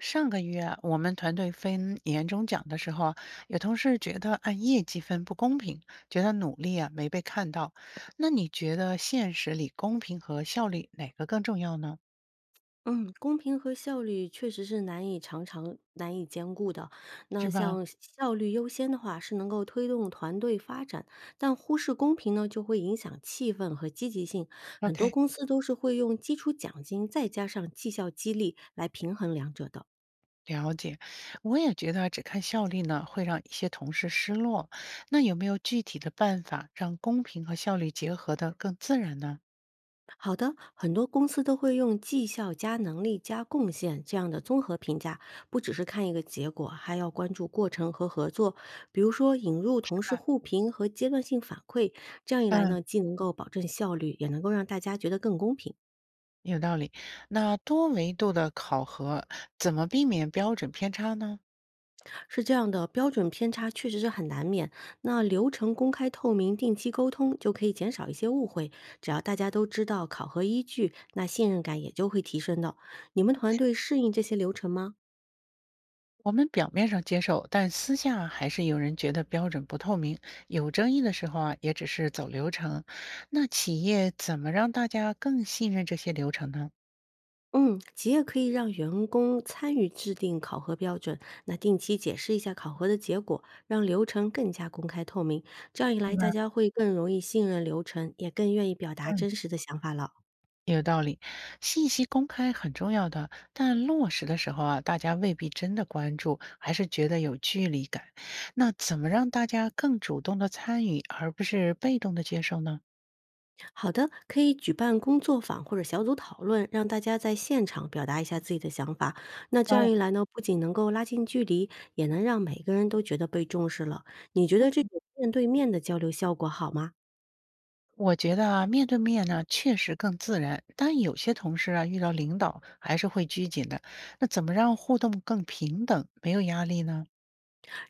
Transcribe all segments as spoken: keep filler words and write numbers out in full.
上个月我们团队分年终奖的时候啊，有同事觉得按业绩分不公平，觉得努力啊没被看到。那你觉得现实里公平和效率哪个更重要呢？嗯，公平和效率确实是难以常常难以兼顾的。是那吧像效率优先的话，是能够推动团队发展，但忽视公平呢，就会影响气氛和积极性。很多？OK,公司都是会用基础奖金再加上绩效激励来平衡两者的。了解。我也觉得只看效率呢，会让一些同事失落。那有没有具体的办法让公平和效率结合的更自然呢？好的，很多公司都会用绩效加能力加贡献这样的综合评价，不只是看一个结果，还要关注过程和合作。比如说，引入是同事吧？互评和阶段性反馈，这样一来嗯，呢，既能够保证效率，也能够让大家觉得更公平。有道理。那多维度的考核怎么避免标准偏差呢？是这样的，标准偏差确实是很难免。那流程公开透明，定期沟通就可以减少一些误会。只要大家都知道考核依据，那信任感也就会提升的。你们团队适应这些流程吗？我们表面上接受，但私下还是有人觉得标准不透明，有争议的时候啊，也只是走流程。那企业怎么让大家更信任这些流程呢？嗯，企业可以让员工参与制定考核标准，那定期解释一下考核的结果，让流程更加公开透明。这样一来，是吧？大家会更容易信任流程，也更愿意表达嗯，真实的想法了。有道理，信息公开很重要的，但落实的时候啊，大家未必真的关注，还是觉得有距离感。那怎么让大家更主动的参与，而不是被动的接受呢？好的，可以举办工作坊或者小组讨论，让大家在现场表达一下自己的想法。那这样哦。一来呢，不仅能够拉近距离，也能让每个人都觉得被重视了。你觉得这种面对面的交流效果好吗？我觉得啊，面对面呢确实更自然，但有些同事啊遇到领导还是会拘谨的。那怎么让互动更平等，没有压力呢？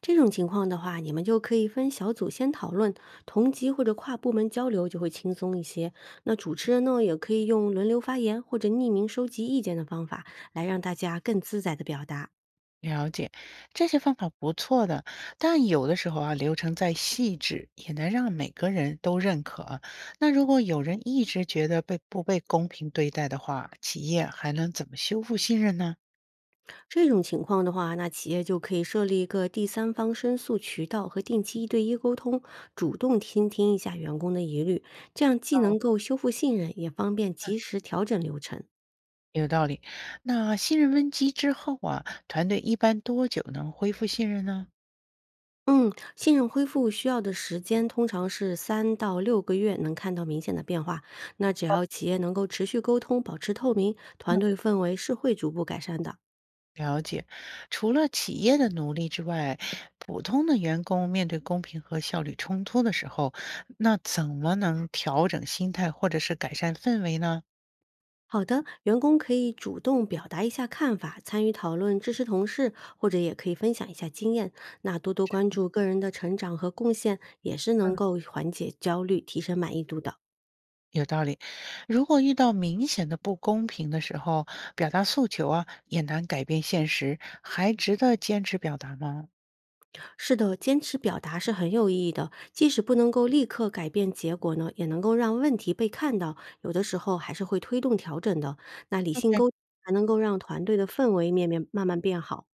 这种情况的话，你们就可以分小组先讨论，同级或者跨部门交流就会轻松一些。那主持人呢，也可以用轮流发言或者匿名收集意见的方法，来让大家更自在的表达。了解，这些方法不错的，但有的时候啊，流程再细致也能让每个人都认可啊。那如果有人一直觉得被不被公平对待的话，企业还能怎么修复信任呢？这种情况的话，那企业就可以设立一个第三方申诉渠道和定期一对一沟通，主动倾听一下员工的疑虑，这样既哦，能够修复信任，也方便及时调整流程。有道理。那信任危机之后啊，团队一般多久能恢复信任呢？嗯，信任恢复需要的时间通常是三到六个月，能看到明显的变化。那只要企业能够持续沟通，保持透明，团队氛围是会逐步改善的。了解，除了企业的努力之外，普通的员工面对公平和效率冲突的时候，那怎么能调整心态或者是改善氛围呢？好的，员工可以主动表达一下看法，参与讨论，支持同事，或者也可以分享一下经验。那多多关注个人的成长和贡献，也是能嗯，够缓解焦虑、提升满意度的。有道理。如果遇到明显的不公平的时候，表达诉求啊也难改变现实，还值得坚持表达吗是的，坚持表达是很有意义的，即使不能够立刻改变结果呢，也能够让问题被看到，有的时候还是会推动调整的。那理性沟？OK,通还能够让团队的氛围面面慢慢变好。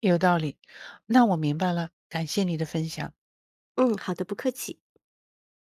有道理。那我明白了，感谢你的分享。嗯，好的，不客气。